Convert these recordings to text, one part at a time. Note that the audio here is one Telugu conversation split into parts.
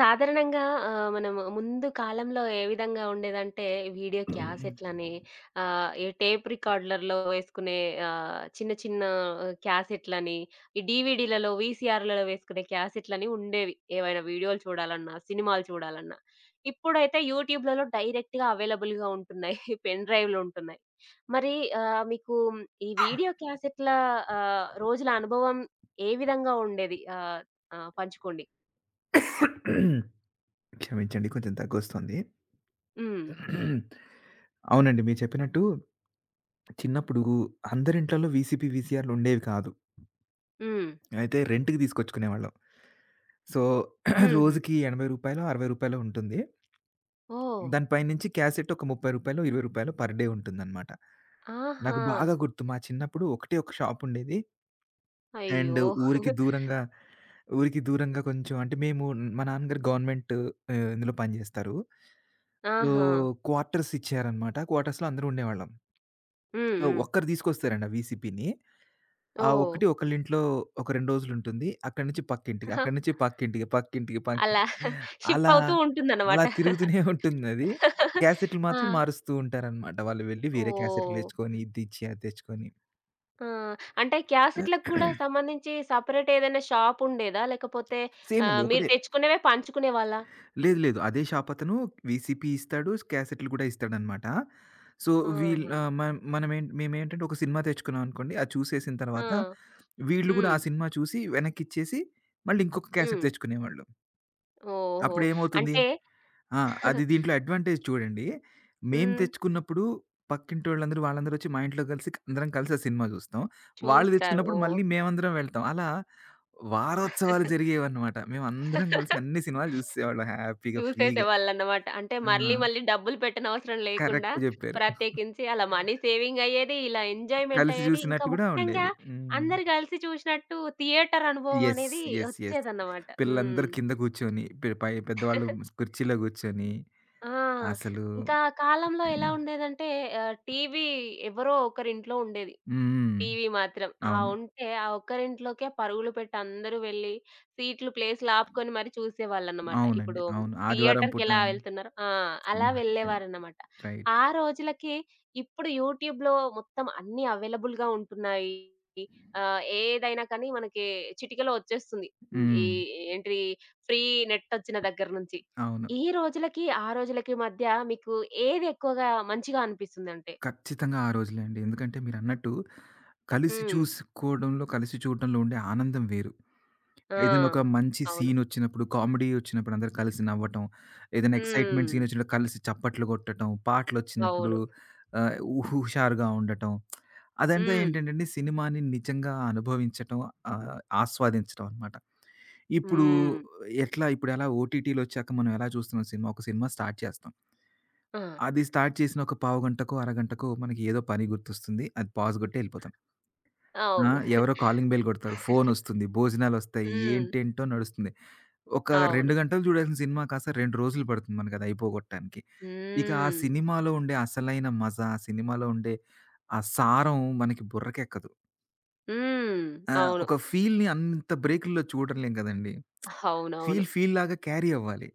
సాధారణంగా మనము ముందు కాలంలో ఏ విధంగా ఉండేదంటే, వీడియో క్యాసెట్‌లని ఈ టేప్ రికార్డర్‌లలో వేసుకునే చిన్న చిన్న క్యాసెట్‌లని, ఈ డీవీడీలలో, వీసీఆర్‌లలో వేసుకునే క్యాసెట్‌లని ఉండేవి. ఏవైనా వీడియోలు చూడాలన్నా, సినిమాలు చూడాలన్నా. ఇప్పుడైతే యూట్యూబ్‌లలో డైరెక్ట్‌గా అవైలబుల్‌గా ఉంటున్నాయి. పెన్ డ్రైవ్‌లుంటున్నాయి. మరి మీకు ఈ వీడియో క్యాసెట్‌ల రోజుల అనుభవం ఏ విధంగా ఉండేది? ఆహ్, ఆహ్, పంచుకోండి. క్షమించండి కొంచెం దగ్గొస్తుంది. హ్మ్. అవునండి, మీరు చెప్పినట్టు చిన్నప్పుడు అందరి ఇంట్లలో వీసీపీ, వీసీఆర్‌లు ఉండేవి కాదు. హ్మ్. అయితే రెంట్‌కి తీసుకొచ్చుకునేవాళ్ళం. సో, హుహు. రోజుకి రూ. 80, రూ. 60 ఉంటుంది. ఓహ్! దాని పైనుంచి క్యాసెట్ ఒక రూ. 30, రూ. 20 పర్ డే ఉంటుందన్నమాట. నాకు ఆహా! బాగా గుర్తు మా చిన్నప్పుడు ఒకటే ఒక షాప్ ఉండేది. అండ్ అయ్యో! ఊరికి దూరంగా ఊరికి దూరంగా కొంచెం అంటే మేము మా నాన్నగారు గవర్నమెంట్ ఇందులో పనిజేస్తారు. సో, ఆహా! క్వార్టర్స్ ఇచ్చారనమాట. క్వార్టర్స్‌లో అందరూ ఉండేవాళ్ళం. హ్మ్. సో, హ్మ్. ఒక్కరు తీసుకొస్తారండి ఆ వీసీపీని. ఆ ఓహ్! ఒక్కటి ఒకళ్ళింట్లో ఒక 2 రోజులుంటుంది. అక్కడి నుంచి పక్కింటికి, అక్కడి నుంచి పక్కింటికి, పక్కింటికి, పక్కింటికి అలా షిఫ్ట్ అలా, అవుతూ ఉంటుందన్నమాట. అలా తిరుగుతూనే ఉంటుందది. క్యాసెట్లు ఆ! మాత్రం మారుస్తూ ఉంటారనమాట. వాళ్ళు వెళ్ళి వేరే క్యాసెట్లు ఓహ్! తెచ్చుకొని, ఇది ఇచ్చి, అది తెచ్చుకొని. ఆ! అంటే క్యాసెట్‌లకు కూడా సంబంధించి సెపరేట్ ఏదైనా షాప్ ఉండేదా? లేకపోతే సేమండి, మీరు ఒకటే. తెచ్చుకునేవే పంచుకునేవాళ్ళా? లేదు, లేదు. అదే షాప్ అతను వీసీపీ ఇస్తాడు, క్యాసెట్‌లు గూడా ఇస్తాడనమాట. సో, వీళ్ళు ఆహా! ఆహ్, మ మనమేం మేమేంటంటే ఒక సినిమా తెచ్చుకున్నాం అనుకోండి. అది చూసేసిన ఆ! తర్వాత వీళ్ళు గూడా హ్మ్. ఆ సినిమా చూసి వెనక్కిచ్చేసి మళ్ళీ ఇంకొక క్యాసెట్ హ్మ్. తెచ్చుకునేవాళ్ళు. ఓహో! అప్పుడేమవుతుంది? అంటే ఆ, అది దీంట్లో అడ్వాంటేజ్ చూడండి. మేము హ్మ్. తెచ్చుకున్నప్పుడు పక్కింటోళ్ళందరూ వాళ్ళందరూ వాళ్ళందరూ వచ్చి మా ఇంట్లో కలిసి అందరం కలిసి ఆ సినిమా చూస్తాం. వాళ్ళు చూస్తారు. తెచ్చుకున్నప్పుడు మళ్ళీ మేమందరం వెళ్తాం. అలా వారోత్సవాలు ఓహ్! జరిగేవన్నమాట. మేమందరం కలిసి అన్ని సినిమాలు చూసేసేవాళ్ళం హ్యాపీగా ఫ్రీగా. చూసేసేవాళ్ళన్నమాట. అంటే ఆ, మళ్ళీ మళ్ళీ డబ్బులు పెట్టనవసరం లేకుండా, కరెక్ట్ జెప్పారు. ప్రత్యేకించి అలా మనీ సేవింగ్ అయ్యేది, ఇలా ఎంజాయ్‌మెంట్ కలిసి అయ్యేది. ఇంకా జూసినట్టు గూడా ముఖ్యంగా ఉండేది. హ్మ్. అందరూ కలిసి చూసినట్టు థియేటర్ అనుభవం యెస్, అనేది యెస్, యెస్. వచ్చేదన్నమాట. హ్మ్. పిల్లలందరూ కింద గూర్చొని, పె పై పెద్దవాళ్ళు కుర్చీలో గూర్చొని ఆ! అసలు. ఇంకా ఆ కాలంలో ఎలా ఉండేదంటే టీవీ ఎవరో ఒకరింట్లో ఉండేది. హ్మ్. టీవీ మాత్రం. ఆ అవును. ఉంటే ఆ ఒక్కరింట్లోకే పరుగులు పెట్టి అందరూ వెళ్లి సీట్లు, ప్లేస్‌లు ఆపుకొని మరి చూసేవాళ్ళన్నమాట. అవునండి, ఇప్పుడు అవును. ఆదివారం పూట థియేటర్‌కెలా వెళ్తున్నారో ఆ! అలా సినిమా వచ్చేది. వెళ్ళేవారన్నమాట. రైట్. ఆ రోజులకి ఇప్పుడు యూట్యూబ్‌లో మొత్తం అన్నీ అవైలబుల్‌గా ఉంటున్నాయి. ఏదైనా కానీ మనకి చిటికలో వచ్చేస్తుంది. హ్మ్. ఈ హ్మ్. ఏంటిది ఫ్రీ నెట్ వచ్చిన దగ్గర నుంచి. అవును. ఈ రోజులకి, ఆ రోజులకి మధ్య మీకు ఏది ఎక్కువగా మంచిగా అనిపిస్తుందంటే? ఖచ్చితంగా ఆ రోజులే అండి. ఎందుకంటే మీరన్నట్టు కలిసి హ్మ్. చూసుకోవడంలో, కలిసి చూడడంలో ఉండే ఆనందం వేరు. ఆ! ఏదైనా ఒక మంచి అవును. సీనొచ్చినప్పుడు, కామెడీ వచ్చినప్పుడు అందరూ కలిసి నవ్వటం. ఏదైనా ఎక్సైట్‌మెంట్ హ్మ్. సీనొచ్చినప్పుడు కలిసి చప్పట్లు కొట్టటం. పాటలొచ్చినప్పుడు అవును. ఆహ్, హుషారుగా ఉండటం. అదంతా హ్మ్. ఏంటంటేండి సినిమాని నిజంగా అనుభవించటం, ఆహ్, ఆస్వాదించటం అనమాట. ఇప్పుడు హ్మ్. ఇప్పుడెలా ఓటీటీలొచ్చాక మనం ఎలా చూస్తున్నాం సినిమా. ఒక సినిమా స్టార్ట్ చేస్తాం. ఆ! అది స్టార్ట్ చేసిన ఒక పావుగంటకో, అరగంటకో మనకి ఏదో పని గుర్తొస్తుంది. అది పాజ్ కొట్టి ఎళ్ళిపోతాం. ఆ, అవును. ఎవరో కాలింగ్ బెల్ కొడతారు. ఫోనొస్తుంది. భోజనాలొస్తాయి. హ్మ్. ఏంటేంటో నడుస్తుంది. ఒక అవును. 2 గంటలు చూడాల్సిన సినిమా కాస్త 2 రోజులు పడుతుంది మనకదయిపోగొట్టడానికి. ఇక ఆ హ్మ్. సినిమాలో ఉండే అసలైన మజా, ఆ సినిమాలో ఉండే ఆ సారం మనకి బుర్రకెక్కదు. హ్మ్. అవును. ఒక ఫీల్‌ని అంత బ్రేకుల్లో చూడలేం కదండీ! అవునవును. ఫీల్ ఫీల్ లాగా క్యారీ అవ్వాలి.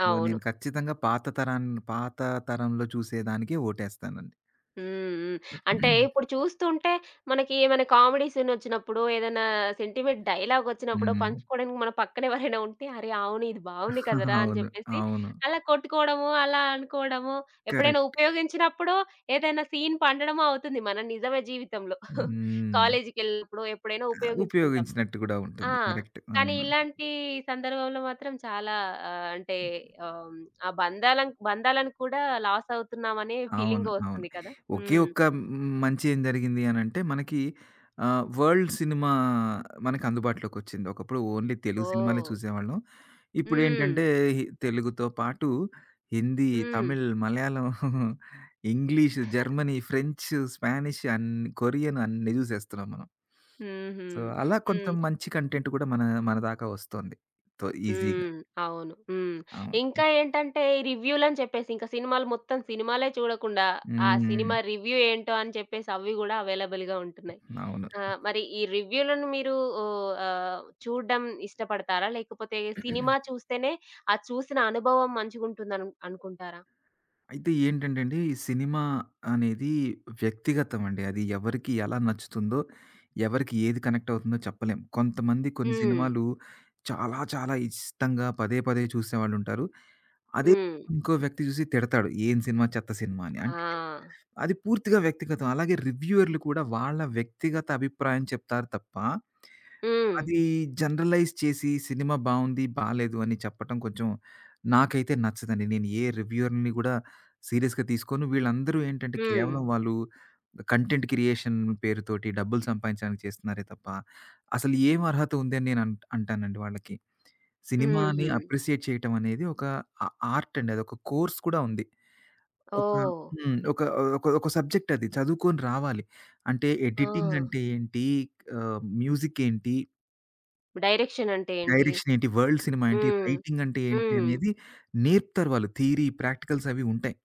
సో, అవును. నేను ఖచ్చితంగా పాత తరాన్ని పాత తరంలో చూసేదానికే ఓటేస్తానండి. హ్మ్. హ్మ్. అంటే ఇప్పుడు చూస్తుంటే మనకి ఏమైనా కామెడీ సీన్ వచ్చినప్పుడు, ఏదైనా సెంటిమెంట్ డైలాగ్ వచ్చినప్పుడు హ్మ్. పంచుకోవడానికి మన పక్కన ఎవరైనా ఉంటే, "అరే! అవును ఇది బాగుంది కదరా!" అని అవును. చెప్పేసి అవును. అలా కొట్టుకోవడము, అలా అనుకోవడము, ఎప్పుడైనా కరెక్ట్. ఉపయోగించినప్పుడు ఏదైనా సీన్ పండడము అవుతుంది మన నిజమే జీవితంలో. హ్మ్. కాలేజీకెళ్ళినప్పుడు ఎప్పుడైనా ఉపయోగించుకుంటాం. ఉపయోగించినట్టు కూడా ఆ! ఉంటుంది. కరెక్ట్. కానీ అవును. ఇలాంటి సందర్భంలో మాత్రం చాలా అంటే ఆహ్, ఆ బంధాలను బంధాలను కూడా లాస్ అవుతున్నామనే అవును, ఫీలింగ్ అవును. వస్తుంది కదా! ఒకే హ్మ్. ఒక్క మంచి ఏం జరిగింది అనంటే మనకి వరల్డ్ సినిమా మనకు అందుబాటులోకొచ్చింది. ఒకప్పుడు ఓన్లీ తెలుగు సినిమాలే ఓహ్! చూసేవాళ్ళం. హ్మ్. ఇప్పుడేంటంటే తెలుగుతో పాటు హిందీ, హ్మ్. Tamil, Malayalam, English, Germany, French, Spanish అన్ని కొరియన్ అన్నీ జూసేస్తున్నాం మనం. హుహు. సో, అలా కొంత హ్మ్. మంచి కంటెంట్ కూడా మన మన దాకా వస్తోంది తో ఈజీగా. హ్మ్. అవును. హ్మ్. అవును. ఇంకా ఏంటంటే ఈ రివ్యూలని చెప్పేసి ఇంకా సినిమాలు మొత్తం సినిమాలే చూడకుండా, ఆ హ్మ్. సినిమా రివ్యూ ఏంటో అని చెప్పేసి అవి గూడా అవైలబుల్‌గా ఉంటున్నాయి. అవును. ఆ! మరి ఈ రివ్యూలను మీరు ఓహ్! చూడడం ఇష్టపడతారా? లేకపోతే సినిమా చూస్తేనే ఆ చూసిన అనుభవం మంచిగుంటుందను అనుకుంటారా? అయితే ఏంటంటే అండి, ఈ సినిమా అనేది వ్యక్తిగతం అండి. అది ఎవరికి ఎలా నచ్చుతుందో, ఎవరికి ఏది కనెక్ట్ అవుతుందో చెప్పలేం. కొంతమంది కొన్ని హ్మ్. సినిమాలు చాలా చాలా ఇష్టంగా పదే పదే చూసేవాళ్ళుంటారు. అదే హ్మ్. ఇంకో వ్యక్తి చూసి తిడతాడు, "ఏం సినిమా చెత్త సినిమా" అని. ఆ! అంటే అది పూర్తిగా వ్యక్తిగతం. అలాగే రివ్యూయర్‌లు కూడా వాళ్ళ వ్యక్తిగత అభిప్రాయం చెప్తారు తప్ప, హ్మ్. అది జనరలైజ్ చేసి సినిమా బావుంది, బాలేదు అని చెప్పటం కొంచెం నాకైతే నచ్చదండి. నేను ఏ రివ్యూయర్‌ని గూడా సీరియస్‌గా తీసుకోను. వీళ్ళందరూ ఏంటంటే హ్మ్. కేవలం వాళ్ళు కంటెంట్ క్రియేషన్ పేరుతోటి డబ్బులు సంపాదించడానికి చేస్తున్నారే తప్ప, అసలు ఏం అర్హత ఉంది అని నేను అంటానండి వాళ్ళకి. సినిమాని హుహు. అప్రిషియేట్ చేయటం అనేది ఒక ఆ ఆర్ట్ అండి. అదొక కోర్స్ కూడా ఉంది. ఒక ఓహ్! హ్మ్. ఒక ఒక ఒక సబ్జెక్ట్ అది. చదువుకొని రావాలి. అంటే ఆ! ఎడిటింగ్ అంటే ఏంటి? మ్యూజిక్ ఏంటి? డైరెక్షన్ అంటే ఏంటి? డైరెక్షన్ ఏంటి? వరల్డ్ సినిమా ఏంటి? హ్మ్. రైటింగ్ అంటే ఏంటి హ్మ్. అనేది నేర్పుతారు వాళ్ళు. థియరీ, ప్రాక్టికల్స్ అవి ఉంటాయి.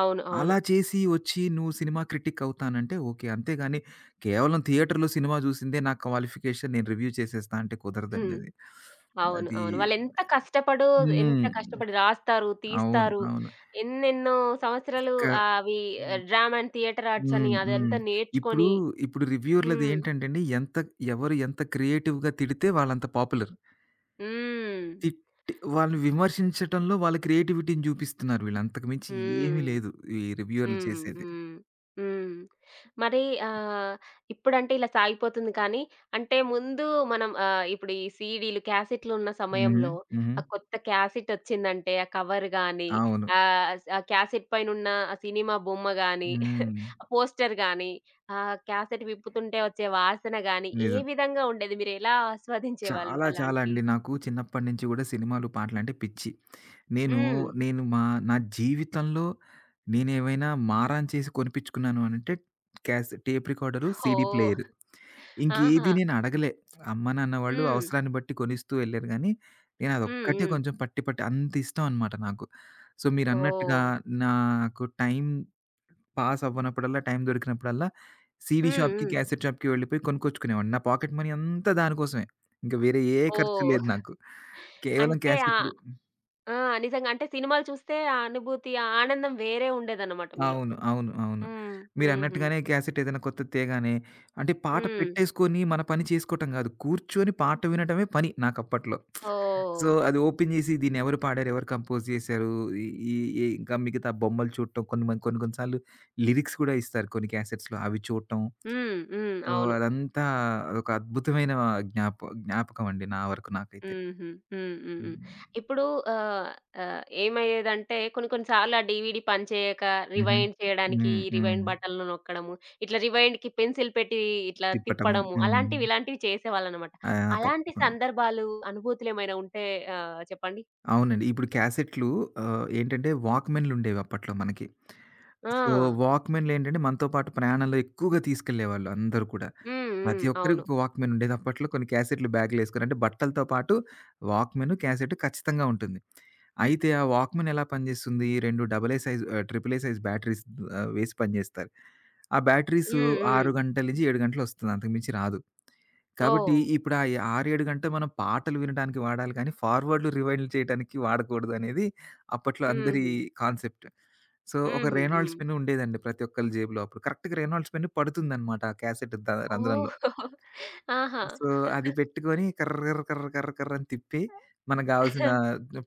అవును. అలా అవును. చేసి వచ్చి నువ్వు సినిమా క్రిటిక్ అవుతానంటే ఓకే. అంతేగాని కేవలం థియేటర్‌లో సినిమా చూసిందే నా క్వాలిఫికేషన్ నేను రివ్యూ చేసేస్తా అంటే కుదరదండి హ్మ్. అది. అవును. అది. అవును. వాళ్ళెంత కష్టపడు ఎంత హ్మ్. కష్టపడి రాస్తారు, అవును. తీస్తారు. అవును. ఎన్నెన్నో సంవత్సరాలు క అవి డ్రామా అండ్ థియేటర్ ఆర్ట్స్ అని హ్మ్. హ్మ్. అదంతా ఇప్పుడు, నేర్చుకొని ఇప్పుడు రివ్యూయర్‌లది హ్మ్. ఏంటంటేండి ఎవరు ఎంత క్రియేటివ్‌గా తిడితే వాళ్ళంత పాపులర్. హ్మ్. తిట్టి వాళ్ళని విమర్శించటంలో వాళ్ళ క్రియేటివిటీని జూపిస్తున్నారు వీళ్ళు. అంతకు మించి ఏమీ హ్మ్. లేదు ఈ రివ్యూయర్‌లు హ్మ్. చేసేది. హ్మ్. హ్మ్. మరి ఆహ్, ఇప్పుడంటే ఇలా సాగిపోతుంది కానీ, అంటే ముందు మనం ఇప్పుడు ఈ సీడీలు, క్యాసెట్‌లున్న హ్మ్. సమయంలో హ్మ్. ఆ కొత్త క్యాసెట్ ఒచ్చిందంటే ఆ కవర్ గాని, అవును. ఆ క్యాసెట్ పైనున్న ఆ సినిమా బొమ్మ గాని, హ్మ్. ఆ పోస్టర్ గాని, ఆ క్యాసెట్ విప్పుతుంటే వచ్చే వాసన గాని, ఏ నిజం. విధంగా ఉండేది? మీరెలా ఆస్వాదించేవాళ్ళు చాలా చాలా అండి. అలాంటియి? నాకు చిన్నప్పటి నుంచి గూడా సినిమాలు, పాటలంటే పిచ్చి. నేను, హ్మ్. నేను మా నా జీవితంలో నేనేమైనా మారాన్ చేసి కొనిపించుకున్నాను అనంటే cassette tape recorder, CD player. ఓహ్! ఇంకేది ఆహా! నేనడగలే. అమ్మ, నాన్న వాళ్ళు హ్మ్. అవసరాన్ని బట్టి కొనిస్తూ ఎళ్లారు గానీ, హ్మ్. నేనదొక్కటే హ్మ్. కొంచెం పట్టి పట్టి అంతిష్టం అనమాట నాకు. సో, మీరన్నట్టుగా ఓహ్! నాకు టైం పాస్ అవ్వనప్పుడల్లా, టైం దొరికినప్పుడల్లా సీడీ హ్మ్. షాప్‌కి, హ్మ్. క్యాసెట్ షాప్‌కి వెళ్ళిపోయి కొనుక్కొచ్చుకునేవాడిని. నా పాకెట్ మనీ అంతా దానికోసమే. ఇంక వేరే ఏ ఖర్చు లేదు ఓహ్! నాకు. కేవలం అంటే క్యాసెట్‌లు. ఆ! నిజంగా. అంటే సినిమాలు చూస్తే ఆ అనుభూతి, ఆ ఆనందం వేరే ఉండేదన్నమాట మీలో. అవును, అవును, అవును. హ్మ్. హుహు. మీరన్నట్టుగానే క్యాసెట్ ఏదైనా కొత్తది తేగానే అంటే పాట హ్మ్. పెట్టేసుకొని మన పని చేసుకోవటం గాదు. కూర్చొని పాట వినటమే పని నాకప్పట్లో. సో, ఓహ్! అది ఓపెన్ జేసి దీన్నెవరు పాడారు? ఎవరు కంపోజ్ జేశారు? ఈ ఈ ఈ ఇంకా మిగతా బొమ్మలు చూడటం, కొన్ని మ కొన్ని కొన్ని సార్లు లిరిక్స్ గూడా ఇస్తారు కొన్ని క్యాసెట్స్‌లో అవి చూడటం. హ్మ్. హ్మ్. సో, అవును. అదంతా అదొక అద్భుతమైన జ్ఞాప జ్ఞాపకం అండి నా వరకు నాకైతే. హుహు. హ్మ్. హ్మ్. హ్మ్. హ్మ్. ఇప్పుడు ఆహ్, ఆహ్, ఏమయ్యేదంటే కొన్ని కొన్ని సార్లు ఆ డీవీడీ పనిచేయక హుహు. రివైండ్ చేయడానికి హ్మ్. రివైండ్ హ్మ్. బటన్‌లు నొక్కడము, ఇట్లా రివైండ్‌కి పెన్సిల్ పెట్టి ఇట్లా తిప్పటము. తిప్పడము హ్మ్. అలాంటివి, ఇలాంటివి చేసేవాళ్ళనమాట. ఆ, అలాంటి తప్పకుండా. సందర్భాలు, అనుభూతులేమైనా ఉంటే చెప్పండి? అవునండి. ఇప్పుడు క్యాసెట్‌లు ఏంటంటే వాక్‌మెన్‌లుండేవి అప్పట్లో మనకి. ఆ! సో, వాక్‌మెన్‌లేంటంటే మనతో పాటు ప్రయాణంలో ఎక్కువగా తీసుకెళ్ళేవాళ్ళు అందరూ కూడా. హ్మ్. హ్మ్. ప్రతి ఒక్కరికి అవును. ఒక వాక్‌మెన్ ఉండేది. అప్పట్లో కొన్ని క్యాసెట్‌లు బ్యాగ్‌లో ఏసుకొని అంటే బట్టలతో పాటు వాక్‌మెన్, క్యాసెట్ ఖచ్చితంగా ఉంటుంది. అయితే ఆ వాక్‌మెన్ ఎలా పనిజేస్తుంది? 2 double A size triple A size batteries వేసి పనిజేస్తారు. ఆ బ్యాటరీసు హ్మ్. హ్మ్. 6 గంటల నుంచి 7 గంటలొస్తుంది. అంతకు మించి రాదు. కాబట్టి ఓహ్! ఇప్పుడు ఆ 6, 7 గంటలు మనం పాటలు వినడానికి వాడాలి కానీ, ఫార్వర్డ్‌లు, రివైండ్‌లు చేయడానికి వాడకూడదనేది అప్పట్లో అందరి హుహు. కాన్సెప్ట్. సో, ఒక హుహు. రేనాల్డ్స్ హ్మ్. పెన్ ఉండేదండి ప్రతి ఒక్కళ్ళ జేబులో అప్పుడు. కరెక్ట్‌గా రేనాల్డ్స్ పెన్ పడుతుందనమాట ఆ క్యాసెట్ ద రంధ్రంలో. ఓహ్! ఆహా! సో, అది పెట్టుకొని కర్ర, కర్ర, కర్ర, కర్ర, కర్ర అని తిప్పి మనకు గావాల్సిన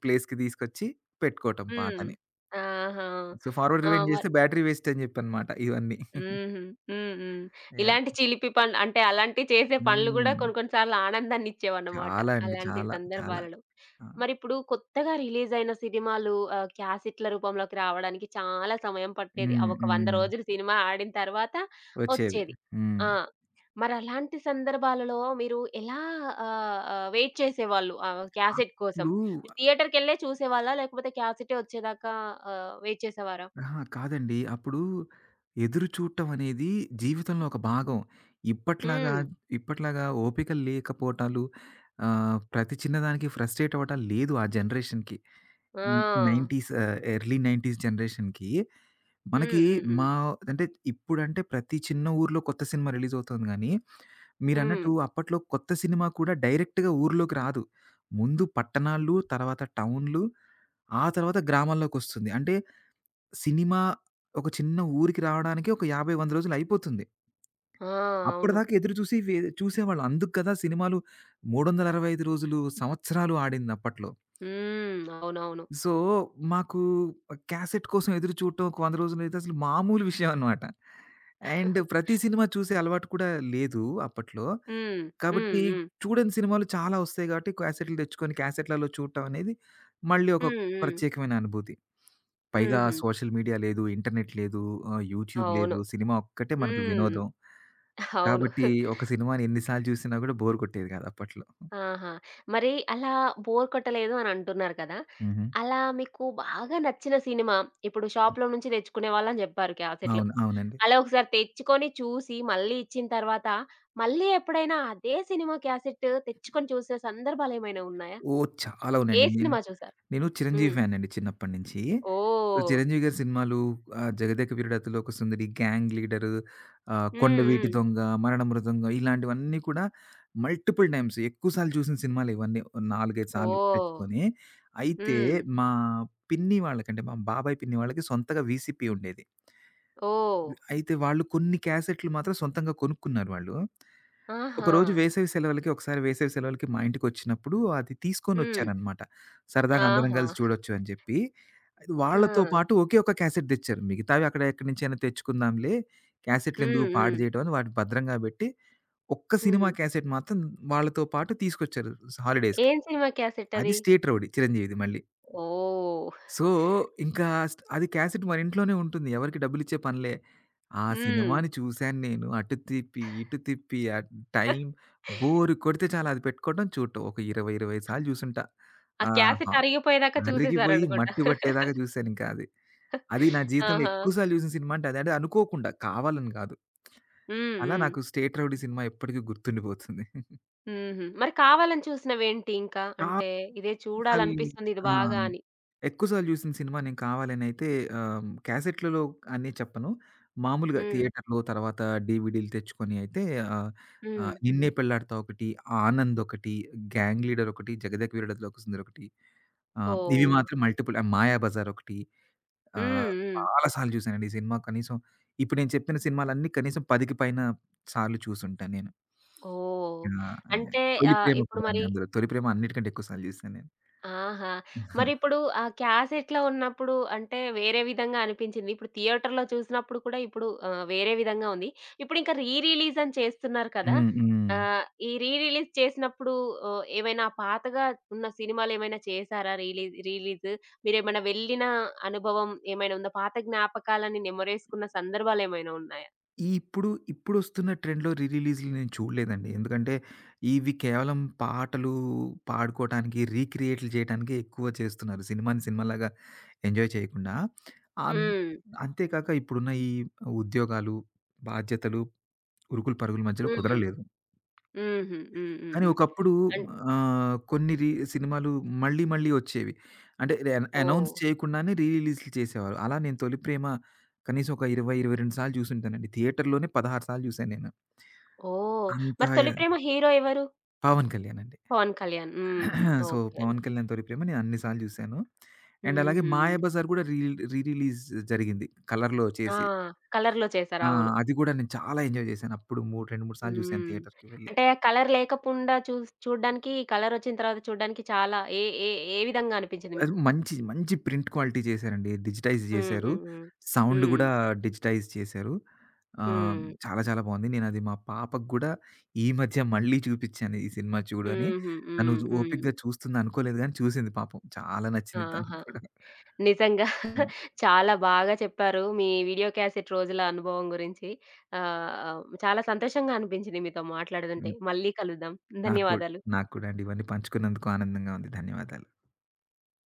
ప్లేస్‌కి తీసుకొచ్చి పెట్టుకోవటం హ్మ్. పాటని. ఆహా! సో, ఫార్వర్డ్, ఆ! రివైండ్ చేస్తే బ్యాటరీ వేస్ట్ అని చెప్పనమాట ఇవన్నీ. హుహు. హ్మ్. హ్మ్. యాహ్. ఇలాంటి చిలిపి పనులు అంటే అలాంటివి చేసే పనులు గూడా హ్మ్. కొన్ని కొన్ని సార్లు ఆనందాన్నిచ్చేవన్నమాట. చాలా అండి. అలాంటి చాలా, చాలా. సందర్భాలలో. ఆ. మరిప్పుడు కొత్తగా రిలీజ్ అయిన సినిమాలు క్యాసెట్‌ల రూపంలోకి రావడానికి చాలా సమయం పట్టేది. ఆ హ్మ్. ఒక 100 హ్మ్. రోజులు సినిమా ఆడిన తర్వాత వచ్చేవి. వచ్చేది. హ్మ్. ఆ! మరలాంటి సందర్భాలలో మీరు ఎలా ఆహ్, ఆహ్, వెయిట్ చేసేవాళ్ళు ఆ క్యాసెట్ కోసం? అప్పుడు. థియేటర్‌కెళ్ళే చూసేవాళ్ళా? లేకపోతే క్యాసెటే వచ్చేదాకా వెయిట్ చేసేవారా? అహా, కాదండి. అప్పుడు ఎదురు చూడటం అనేది జీవితంలో ఒక భాగం. ఇప్పట్లాగా, హ్మ్. ఇప్పట్లాగా ఓపికలు లేకపోవటాలు, ప్రతి చిన్నదానికి ఫ్రస్ట్రేట్ అవ్వటాలు లేదు ఆ జనరేషన్‌కి. ఆ! హ్మ్. 90స్, ఎర్లీ 90స్ జనరేషన్‌కి హ్మ్. మనకి. హ్మ్. హ్మ్. మా అంటే ఇప్పుడంటే ప్రతి చిన్న ఊర్లో కొత్త సినిమా రిలీజ్ అవుతుంది గానీ హ్మ్. మీరన్నట్టు అప్పట్లో కొత్త సినిమా కూడా డైరెక్ట్‌గా ఊర్లోకి రాదు. ముందు పట్టణాలు, తర్వాత టౌన్‌లు, ఆ తర్వాత గ్రామాల్లోకొస్తుంది. అంటే సినిమా ఒక చిన్న ఊరికి రావడానికి ఒక 50, 100 రోజులయిపోతుంది. ఆ! అవును. అప్పటిదాకా ఎదురు చూసి చూసేవాళ్ళు. అందుకు కదా సినిమాలు 365 రోజులు, సంవత్సరాలు ఆడింది అప్పట్లో. హ్మ్. అవునవును. సో, మాకు క్యాసెట్ కోసం ఎదురు చూడటం ఒక 100 రోజులైతే అసలు మామూలు విషయం అన్నమాట. అండ్ ప్రతి సినిమా చూసే అలవాటు కూడా లేదు అప్పట్లో. హ్మ్. హ్మ్. కాబట్టి హ్మ్. చూడని సినిమాలు చాలా వస్తాయి కాబట్టి క్యాసెట్లు తెచ్చుకొని క్యాసెట్లలో చూడటం అనేది మళ్ళీ ఒక హ్మ్. హ్మ్. ప్రత్యేకమైన అనుభూతి. పైగా హుహు. సోషల్ మీడియా లేదు, ఇంటర్నెట్ లేదు, యూట్యూబ్ అవును. లేదు. సినిమా ఒక్కటే మనకు హ్మ్. వినోదం. అవును. కాబట్టి ఒక సినిమాని ఎన్ని సార్లు చూసినా కూడా బోర్ కొట్టేది కాదు అప్పట్లో. ఆహా! మరి అలా బోర్ కొట్టలేదు అని అంటున్నారు కదా! హుహు. అలా మీకు బాగా నచ్చిన సినిమా ఇప్పుడు షాప్‌లో నుంచి తెచ్చుకునేవాళ్ళని చెప్పారు క్యాసెట్‌లు. అవును, అవునండి. అలా ఒకసారి తెచ్చుకొని చూసి మళ్ళీ ఇచ్చిన తర్వాత మళ్ళీ ఎప్పుడైనా అదే సినిమా క్యాసెట్ తెచ్చుకొని చూసిన సందర్భాలేమైనా ఉన్నాయా? ఓహ్, చాలా ఏ ఉన్నాయండి. సినిమా చూసారు? నేను 'చిరంజీవి' హ్మ్. ఫ్యాన్ అండి చిన్నప్పటి నుంచి. సో, ఓహ్! 'చిరంజీవి' గారి సినిమాలు 'జగదేక వీరుడతిలోక సుందరి', 'గ్యాంగ్ లీడరు', హ్మ్. 'కొండవీటి హ్మ్. దొంగ', 'మరణ మృదంగం' ఇలాంటివన్నీ కూడా మల్టిపుల్ టైమ్స్ ఎక్కువ సార్లు చూసిన సినిమాలే ఇవన్నీ. ఓ 4, 5 సార్లు ఓహ్! తెచ్చుకొని. అయితే హ్మ్. మా పిన్ని వాళ్ళకంటే మా బాబాయ్, పిన్ని వాళ్ళకి సొంతగా వీసీపీ ఉండేది. ఓహ్! అయితే వాళ్ళు కొన్ని క్యాసెట్‌లు మాత్రం సొంతంగా కొనుక్కున్నారు వాళ్ళు. ఆహా! ఒకరోజు వేసవి సెలవులకి ఒకసారి వేసవి సెలవులకి మా ఇంటికొచ్చినప్పుడు అది హ్మ్. తీసుకొనొచ్చారనమాట. సరదాగా అందరం ఆహా! కలిసి చూడొచ్చు అని చెప్పి. అది వాళ్ళతో ఆ! పాటు ఒకే ఒక క్యాసెట్ తెచ్చారు. మిగతావి అక్కడ ఎక్కడి నుంచైనా తెచ్చుకుందాంలే, క్యాసెట్‌లెందుకు హ్మ్. పాడు హ్మ్. చేయడం అని వాటిని భద్రంగా పెట్టి, ఒక్క సినిమా హ్మ్. క్యాసెట్ మాత్రం వాళ్ళతో పాటు తీసుకొచ్చారు హాలిడేస్‌కి. ఏం సినిమా అది క్యాసెట్టది? 'స్టేట్ రౌడీ' చిరంజీవిది మళ్ళీ. ఓహ్! సో, ఇంకా అది క్యాసెట్ మనింట్లోనే ఉంటుంది. ఎవరికీ డబ్బులిచ్చే పనిలే. ఆ హ్మ్. సినిమాని చూసాను నేను. అటు తిప్పి, ఇటు తిప్పి, ఆ టైం బోర్ కొడితే చాలు అది పెట్టుకోవడం, చూడటం. ఒక 20, 25 సార్లు జూసుంటా. ఆ క్యాసెట్ ఆహా. అరిగిపోయేదాకా అరిగిపోయి చూసేసారనుకుంటా. మట్టి పట్టేదాకా జూసానింక అది. అది నా జీవితంలో ఆహా! ఎక్కువ సార్లు జూసిన సినిమా అంటే అదే. అంటే అనుకోకుండా, కావాలని గాదు. హ్మ్. అలా హ్మ్. నాకు 'స్టేట్ రౌడీ' సినిమా ఎప్పటికి గుర్తుండిపోతుంది. హుహు. మరి కావాలని చూసినవేంటి ఇంకా? అంటే కాబట్టి ఇదే ఎక్కువ సార్లు. చూడాలనిపిస్తుంది ఇది ఆ, బాగా అని. ఎక్కువ సార్లు జూసిన సినిమా నేను కావాలనైతే క్యాసెట్‌లలో అని చెప్పను. మామూలుగా హ్మ్. థియేటర్‌లో తర్వాత డీవీడీలు తెచ్చుకొని అయితే ఆహ్, ఆహ్, హ్మ్. 'నిన్నే పెళ్లాడతా' ఒకటి, 'ఆనంద్' ఒకటి, 'గ్యాంగ్ లీడర్' ఒకటి, 'జగదేక వీరుడతిలోక సుందరి' ఒకటి, ఇవి ఓహ్! మాత్రం మల్టిపుల్, 'మాయాబజార్' ఒకటి, ఆహ్, హ్మ్. హ్మ్. చాలా సార్లు జూసానండి. ఈ సినిమా కనీసం, ఇప్పుడు నేను చెప్పిన సినిమాలన్నీ కనీసం 10కి పైన సార్లు చూసుంటాను నేను. ఓహ్! యాహ్. యాహ్, అంటే 'తొలి ప్రేమ' ఇప్పుడు కూడా అండి మరి అందులో. 'తొలి ప్రేమ' అన్నిటికంటే ఎక్కువ సార్లు జూసాను నేను. ఆహా! మరిప్పుడు ఆ క్యాసెట్‌లో ఉన్నప్పుడు అంటే వేరే విధంగా అనిపించింది. ఇప్పుడు థియేటర్‌లో చూసినప్పుడు కూడా ఇప్పుడు వేరే విధంగా ఉంది. ఇప్పుడింకా రీ రిలీజ్ అని చేస్తున్నారు కదా! హ్మ్. హ్మ్. ఈ రీ రిలీజ్ చేసినప్పుడు ఏమైనా పాతగా ఉన్న సినిమాలేమైనా చేశారా రిలీజ్ రిలీజ్? మీరేమైనా వెళ్ళిన అనుభవం ఏమైనా ఉందా? పాత జ్ఞాపకాలని నెమరేసుకున్న సందర్భాలేమైనా ఉన్నాయా? ఈ ఇప్పుడు, ఇప్పుడొస్తున్న ట్రెండ్‌లో రీ రిలీజ్‌లు నేను చూడలేదండి. ఎందుకంటే, ఇవి కేవలం పాటలు పాడుకోవటానికి, రీక్రియేట్లు చేయటానికి ఎక్కువ చేస్తున్నారు, సినిమాని సినిమాలాగా ఎంజాయ్ చేయకుండా. అన్ హ్మ్. అంతేకాక ఇప్పుడున్న ఈ ఉద్యోగాలు, బాధ్యతలు, ఉరుకులు పరుగుల మధ్యలో హ్మ్. కుదరలేదు. హుహు. హ్మ్. హ్మ్. కానీ హ్మ్. ఒకప్పుడు అన్ కొన్ని సినిమాలు మళ్ళీ మళ్ళీ వచ్చేవి. అంటే అనౌన్స్ ఓహ్! చేయకుండానే రీ రిలీజ్‌లు చేసేవారు. అలా నేను 'తొలి ప్రేమ' కనీసం ఒక 20, 22 సార్లు చూసుంటానండి. థియేటర్‌లోనే 16 సార్లు చూసాను నేను. ఓహ్! అంత. మరి 'తొలి ప్రేమ' హీరో ఎవరు? 'పవన్ కళ్యాణ్' అండి. పవన్ కళ్యాణ్. హుహు. సో, ఓకే 'పవన్ అండి. కళ్యాణ్' 'తొలి ప్రేమ' నేను అన్ని సార్లు చూసాను. అండ్ అలాగే హుహు. 'మాయాబజార్' కూడా రీ రీ రిలీజ్ జరిగింది కలర్‌లో ఆ! చేసి. కలర్‌లో చేశారు. ఆ, అవును. అది కూడా నేను చాలా ఎంజాయ్ చేశాను. అప్పుడు మూడు 2, 3 సార్లు చూసాను హ్మ్. థియేటర్‌కి వెళ్ళి. అంటే కలర్ లేకపుండా చూడ్డానికి, కలరొచ్చిన తర్వాత చూడ్డానికి చాలా ఏ ఏ ఏ విధంగా అనిపించింది అది మీకు? మంచి, మంచి ప్రింట్ క్వాలిటీ చేశారండి. డిజిటైజ్ హ్మ్. చేశారు. హ్మ్. హ్మ్. సౌండ్ హ్మ్. గూడా డిజిటైజ్ చేశారు. ఆహ్, హ్మ్. చాలా చాలా బావుంది. నేనది మా పాపకు గూడా ఈ మధ్య మళ్ళీ చూపిచ్చాను ఈ సినిమా చూడు అని. హుహు. తను హ్మ్. హ్మ్. ఓపికగా చూస్తుంది అనుకోలేదు గానీ చూసింది పాపం. చాలా నచ్చింది తనకి ఆహా! కూడా. నిజంగా నా చాలా బాగా చెప్పారు. మీ వీడియో క్యాసెట్ రోజుల అనుభవం గురించి. చాలా సంతోషంగా అనిపించింది మీతో మాట్లాడుతుంటే. హ్మ్. మళ్ళీ కలుద్దాం. నాకు కూడా ధన్యవాదాలు. నాకు కూడా అండి. ఇవన్నీ పంచుకున్నందుకు ఆనందంగా ఉంది. ధన్యవాదాలు.